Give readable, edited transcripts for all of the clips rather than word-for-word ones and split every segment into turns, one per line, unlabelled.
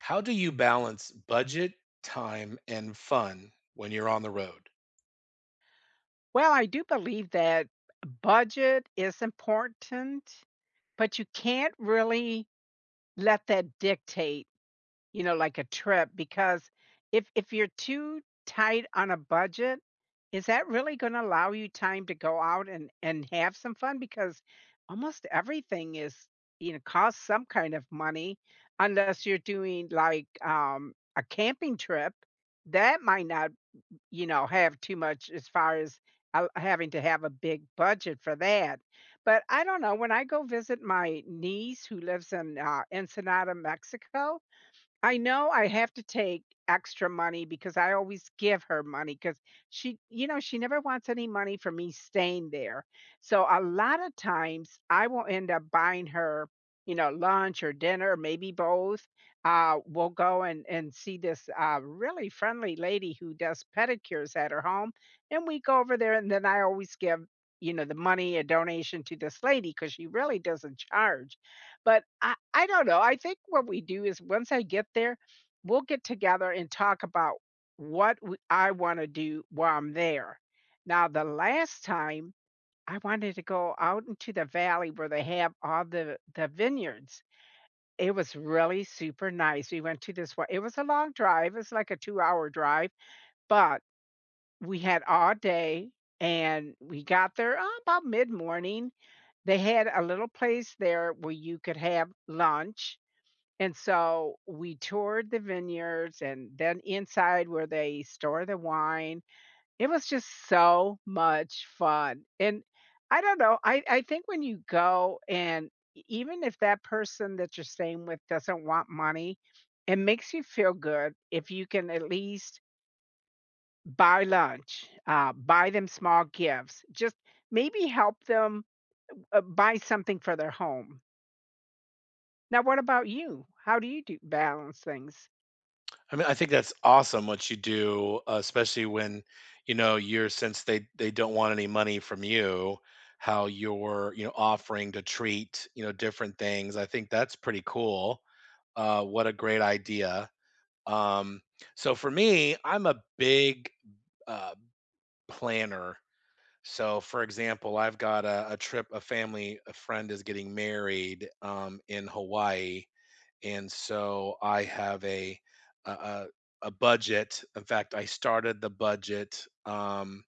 How do you balance budget, time, and fun when you're on the road?
Well, I do believe that budget is important, but you can't really let that dictate, you know, like a trip because if you're too tight on a budget, is that really going to allow you time to go out and have some fun because almost everything is, you know, costs some kind of money unless you're doing like a camping trip. That might not you know, have too much as far as I having to have a big budget for that. But I don't know, when I go visit my niece who lives in, Ensenada, Mexico, I know I have to take extra money because I always give her money because she you know, she never wants any money for me staying there. So a lot of times I will end up buying her, you know, lunch or dinner, maybe both. We'll go and see this, really friendly lady who does pedicures at her home, and we go over there, and then I always give, you know, the money, a donation to this lady because she really doesn't charge. But I don't know, I think what we do is once I get there, we'll get together and talk about what w I wanna do while I'm there. Now, the last time, I wanted to go out into the valley where they have all the vineyards. It was really super nice. We went to this one. It was a long drive, it's like a two-hour drive, but we had all day, and we got there, oh, about mid-morning. They had a little place there where you could have lunch, and so we toured the vineyards and then inside where they store the wine. It was just so much fun. And I don't know, I think when you go and even if that person that you're staying with doesn't want money, it makes you feel good if you can at least buy lunch, buy them small gifts, just maybe help them buy something for their home. Now, what about you? How do you do balance things?
I mean, I think that's awesome what you do, especially when, you know, you're since they don't want any money from you, how you're, you know, offering to treat, you know, different things. I think that's pretty cool. What a great idea. Um, so for me, I'm a big uh, planner. So, for example, I've got a trip, a friend is getting married in Hawaii, and so I have a, a a budget. In fact, I started the budget. Um,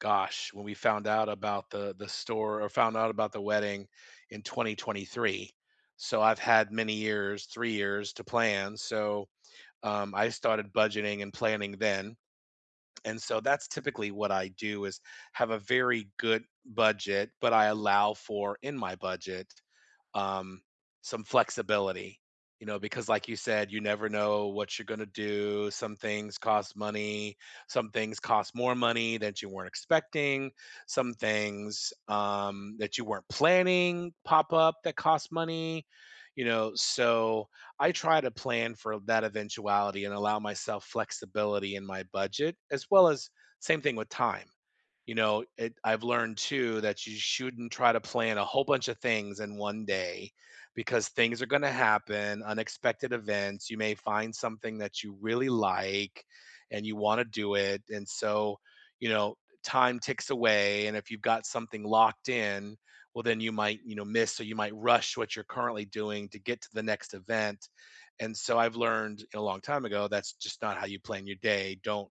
gosh, when we found out about the wedding in 2023, so I've had many years, 3 years to plan. So I started budgeting and planning then, and so that's typically what I do is have a very good budget, but I allow for in my budget um, some flexibility. You know, because like you said, you never know what you're going to do. Some things cost money, some things cost more money that you weren't expecting, some things that you weren't planning pop up that cost money, you know. So I try to plan for that eventuality and allow myself flexibility in my budget, as well as same thing with time. You know, I've learned too that you shouldn't try to plan a whole bunch of things in one day, because things are going to happen, unexpected events. You may find something that you really like and you want to do it. And so, you know, time ticks away. And if you've got something locked in, well, then you might, you know, miss. So you might rush what you're currently doing to get to the next event. And so I've learned a long time ago that's just not how you plan your day. Don't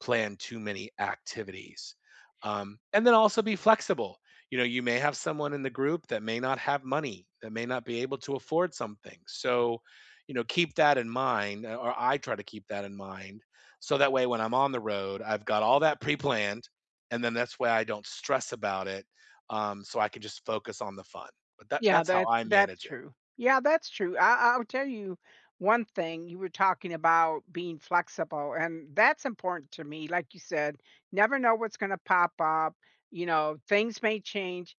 plan too many activities, and then also be flexible. You know, you may have someone in the group that may not have money, that may not be able to afford something. So you know, keep that in mind, or I try to keep that in mind, so that way when I'm on the road, I've got all that pre-planned, and then that's why I don't stress about it. So I can just focus on the fun, but that,
Yeah,
that's how
that
I
that's
manage it.
true. Yeah, that's true. I'll tell you one thing. You were talking about being flexible, and that's important to me. Like you said, never know what's going to pop up. You know, things may change.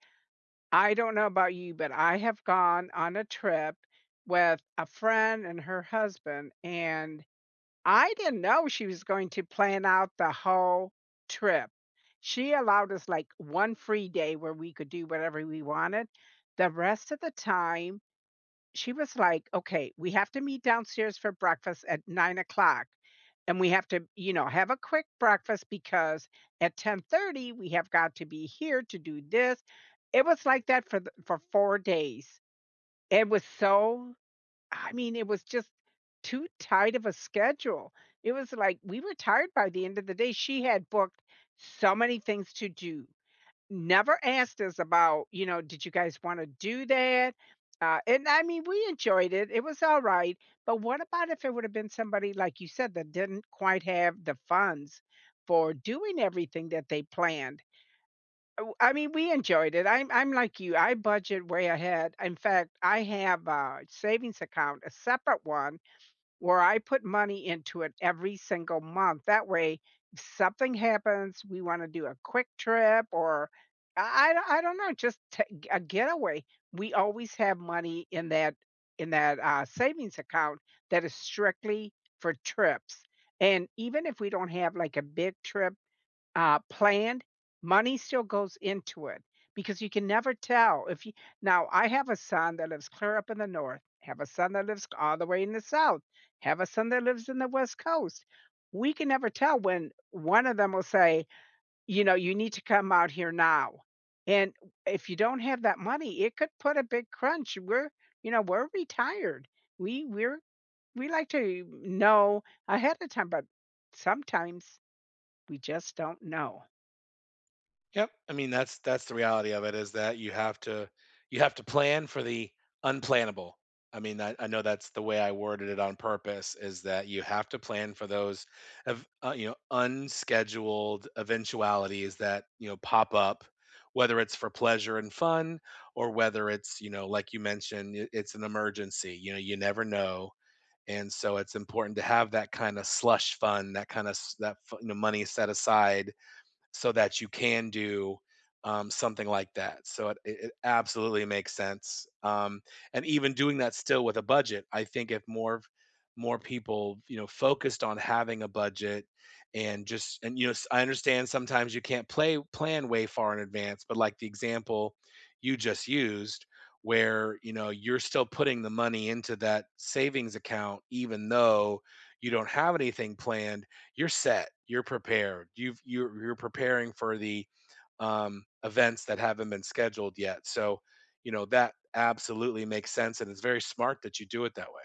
I don't know about you, but I have gone on a trip with a friend and her husband, and I didn't know she was going to plan out the whole trip. She allowed us like one free day where we could do whatever we wanted. The rest of the time, she was like, okay, we have to meet downstairs for breakfast at 9 o'clock. And we have to, you know, have a quick breakfast because at 10:30 we have got to be here to do this. It was like that for 4 days. It was so I mean, it was just too tight of a schedule. It was like we were tired by the end of the day. She had booked so many things to do. Never asked us about, you know, did you guys want to do that? And I mean, we enjoyed it. It was all right. But what about if it would have been somebody, like you said, that didn't quite have the funds for doing everything that they planned? Oh, I mean, we enjoyed it. I'm like you. I budget way ahead. In fact, I have a savings account, a separate one where I put money into it every single month. That way, if something happens, we want to do a quick trip or I don't know, just a getaway. We always have money in that savings account that is strictly for trips. And even if we don't have like a big trip planned, money still goes into it because you can never tell if you now I have a son that lives clear up in the north, have a son that lives all the way in the south, have a son that lives in the west coast. We can never tell when one of them will say, you know, you need to come out here now. And if you don't have that money, it could put a big crunch. We're, you know, we're retired. We we like to know ahead of time, but sometimes we just don't know.
Yep. I mean, that's the reality of it, is that you have to, you have to plan for the unplannable. I mean, I know that's the way I worded it on purpose, is that you have to plan for those of you know, unscheduled eventualities that, you know, pop up, whether it's for pleasure and fun, or whether it's, you know, like you mentioned, it's an emergency. You know, you never know. And so it's important to have that kind of slush fund, that kind of that you know, money set aside so that you can do something like that. So it absolutely makes sense. And even doing that still with a budget, I think if more people, you know, focused on having a budget and just, and you know, I understand sometimes you can't play plan way far in advance, but like the example you just used, where you know, you're still putting the money into that savings account, even though you don't have anything planned, you're set, you're prepared. You're preparing for the events that haven't been scheduled yet. So, you know, that absolutely makes sense, and it's very smart that you do it that way.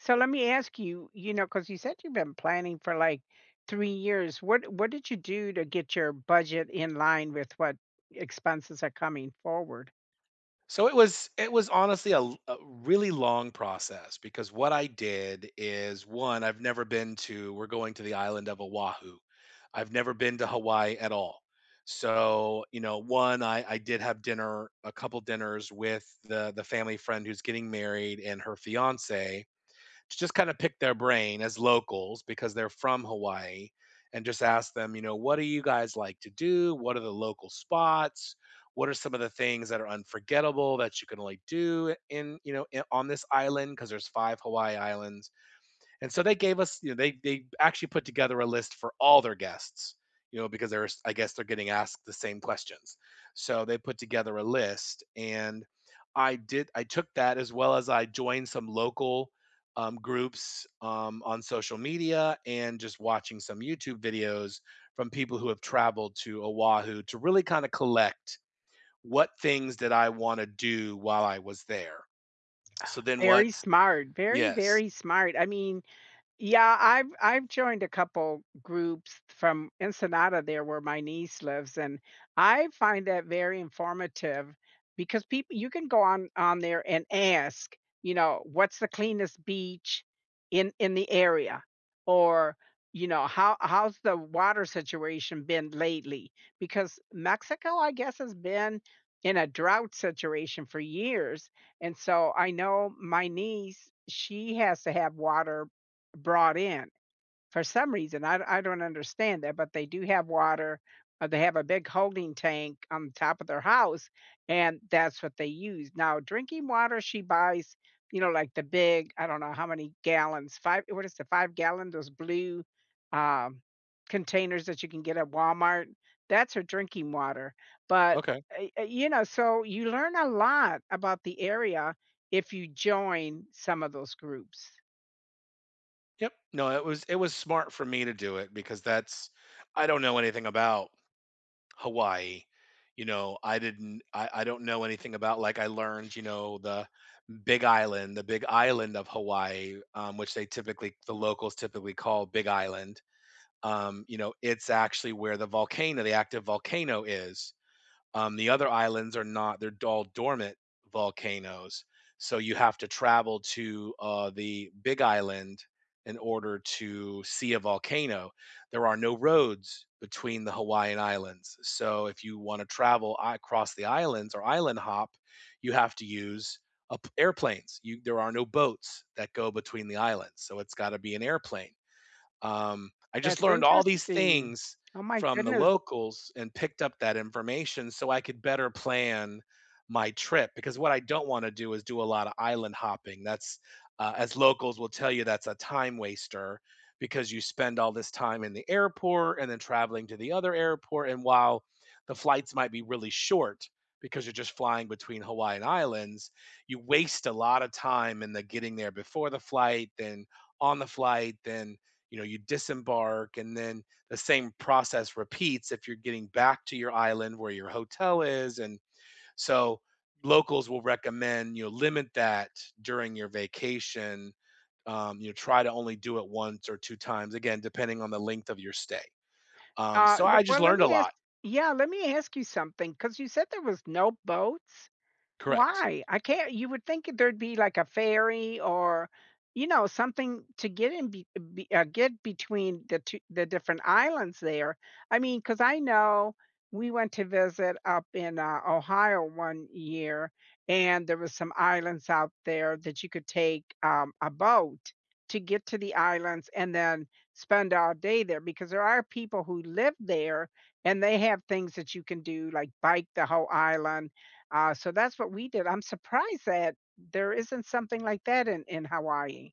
So let me ask you, you know, because you said you've been planning for like 3 years. What did you do to get your budget in line with what expenses are coming forward?
So it was, it was honestly a really long process, because what I did is, one, I've never been to, we're going to the island of Oahu. I've never been to Hawaii at all. So, you know, one, I did have dinner, a couple dinners with the family friend who's getting married and her fiance, to just kind of pick their brain as locals, because they're from Hawaii, and just ask them, you know, what do you guys like to do? What are the local spots? What are some of the things that are unforgettable that you can like do in, you know, in, on this island? Because there's five Hawaii islands, and so they gave us, you know, they actually put together a list for all their guests, you know, because there's, I guess they're getting asked the same questions. So they put together a list, and I took that, as well as I joined some local groups on social media and just watching some YouTube videos from people who have traveled to Oahu to really kind of collect what things did I want to do while I was there. So then
Very
what?
smart, very,
Yes.
very smart. I mean, yeah, I've joined a couple groups from Ensenada there where my niece lives and I find that very informative because people you can go on there and ask, you know, what's the cleanest beach in the area or you know, how how's the water situation been lately? Because Mexico, I guess, has been in a drought situation for years. And so I know my niece, she has to have water brought in. For some reason, I don't understand that, but they do have water, they have a big holding tank on top of their house, and that's what they use. Now, drinking water, she buys, you know, like the big I don't know how many gallons, 5 what is the 5-gallon, those blue, um, containers that you can get at Walmart? That's her drinking water, but,
Okay.
you know, so you learn a lot about the area if you join some of those groups.
Yep. No, it was, it was smart for me to do it, because that's, I don't know anything about Hawaii. You know, I don't know anything about, like I learned, you know, the Big Island of Hawaii, which they typically, the locals typically call Big Island. You know, it's actually where the volcano, the active volcano is. The other islands are not; they're all dormant volcanoes. So you have to travel to the Big Island in order to see a volcano. There are no roads between the Hawaiian Islands. So if you want to travel across the islands, or island hop, you have to use up airplanes. There are no boats that go between the islands. So it's got to be an airplane. I just
That's
learned all these
interesting.
things
Oh my
from the
goodness.
locals and picked up that information so I could better plan my trip, because what I don't want to do is do a lot of island hopping. That's as locals will tell you, that's a time waster, because you spend all this time in the airport and then traveling to the other airport. And while the flights might be really short, because you're just flying between Hawaiian islands, you waste a lot of time in the getting there before the flight, then on the flight, then you know, you disembark, and then the same process repeats if you're getting back to your island where your hotel is. And so locals will recommend, you know, limit that during your vacation. You know, try to only do it once or two times, again depending on the length of your stay. um, so
Le
I just
Well,
learned a lot.
let me ask you something. Cause you said there was no boats?
Correct.
Why? I can't you would think there'd be like a ferry or, you know, something to get get between the different islands there. I mean, because I know we went to visit up in Ohio one year and there was some islands out there that you could take a boat to get to the islands and then spend all day there because there are people who live there and they have things that you can do like bike the whole island so that's what we did. I'm surprised that there isn't something like that in Hawaii.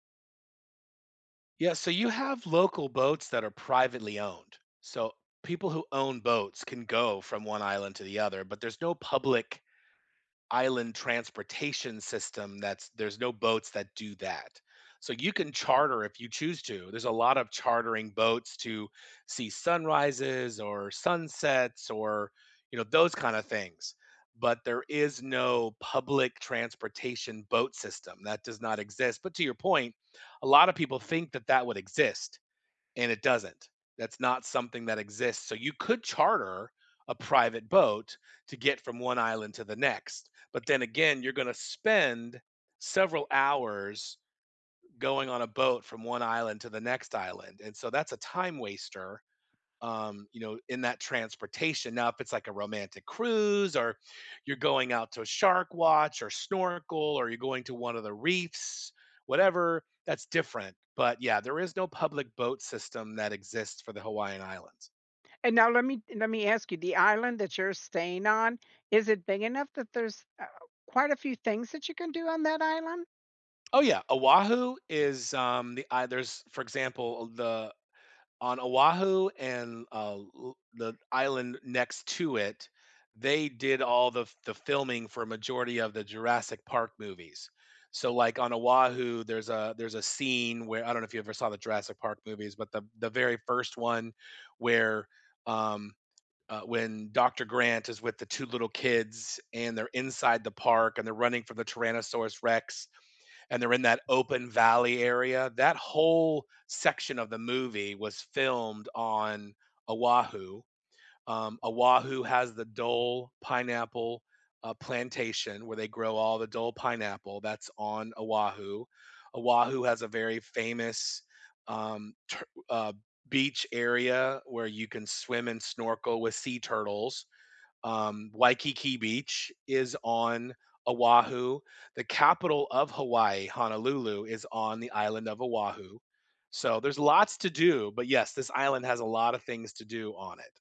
Yeah, so you have local boats that are privately owned, so people who own boats can go from one island to the other, but there's no public island transportation system. That's There's no boats that do that. So you can charter if you choose to. There's a lot of chartering boats to see sunrises or sunsets, or you know, those kind of things. But there is no public transportation boat system. That does not exist. But to your point, a lot of people think that that would exist, and it doesn't. That's not something that exists. So you could charter a private boat to get from one island to the next. But then again, you're going to spend several hours going on a boat from one island to the next island. And so that's a time waster, you know, in that transportation. Now, if it's like a romantic cruise, or you're going out to a shark watch or snorkel, or you're going to one of the reefs, whatever, that's different. But yeah, there is no public boat system that exists for the Hawaiian Islands.
And now let me ask you, the island that you're staying on, is it big enough that there's, quite a few things that you can do on that island?
Oh yeah, Oahu is the there's for example, the on Oahu and the island next to it, they did all the filming for a majority of the Jurassic Park movies. So like on Oahu, there's a, there's a scene where, I don't know if you ever saw the Jurassic Park movies, but the very first one where um, when Dr. Grant is with the two little kids and they're inside the park and they're running from the Tyrannosaurus Rex, and they're in that open valley area. That whole section of the movie was filmed on Oahu. Oahu has the Dole pineapple plantation where they grow all the Dole pineapple. That's on Oahu. Oahu has a very famous um, tur- uh, beach area where you can swim and snorkel with sea turtles. Waikiki Beach is on Oahu. The capital of Hawaii, Honolulu, is on the island of Oahu. So there's lots to do, but yes, this island has a lot of things to do on it.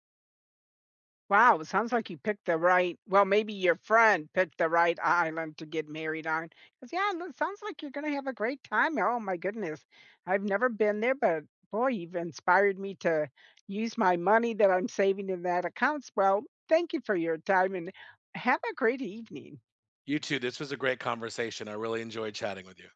Wow, it sounds like you picked the right well, maybe your friend picked the right island to get married on. Cause yeah, it looks- sounds like you're gonna have a great time. Oh my goodness. I've never been there, but boy, you've inspired me to use my money that I'm saving in that accounts. Well, thank you for your time and have a great evening.
You too. This was a great conversation. I really enjoyed chatting with you.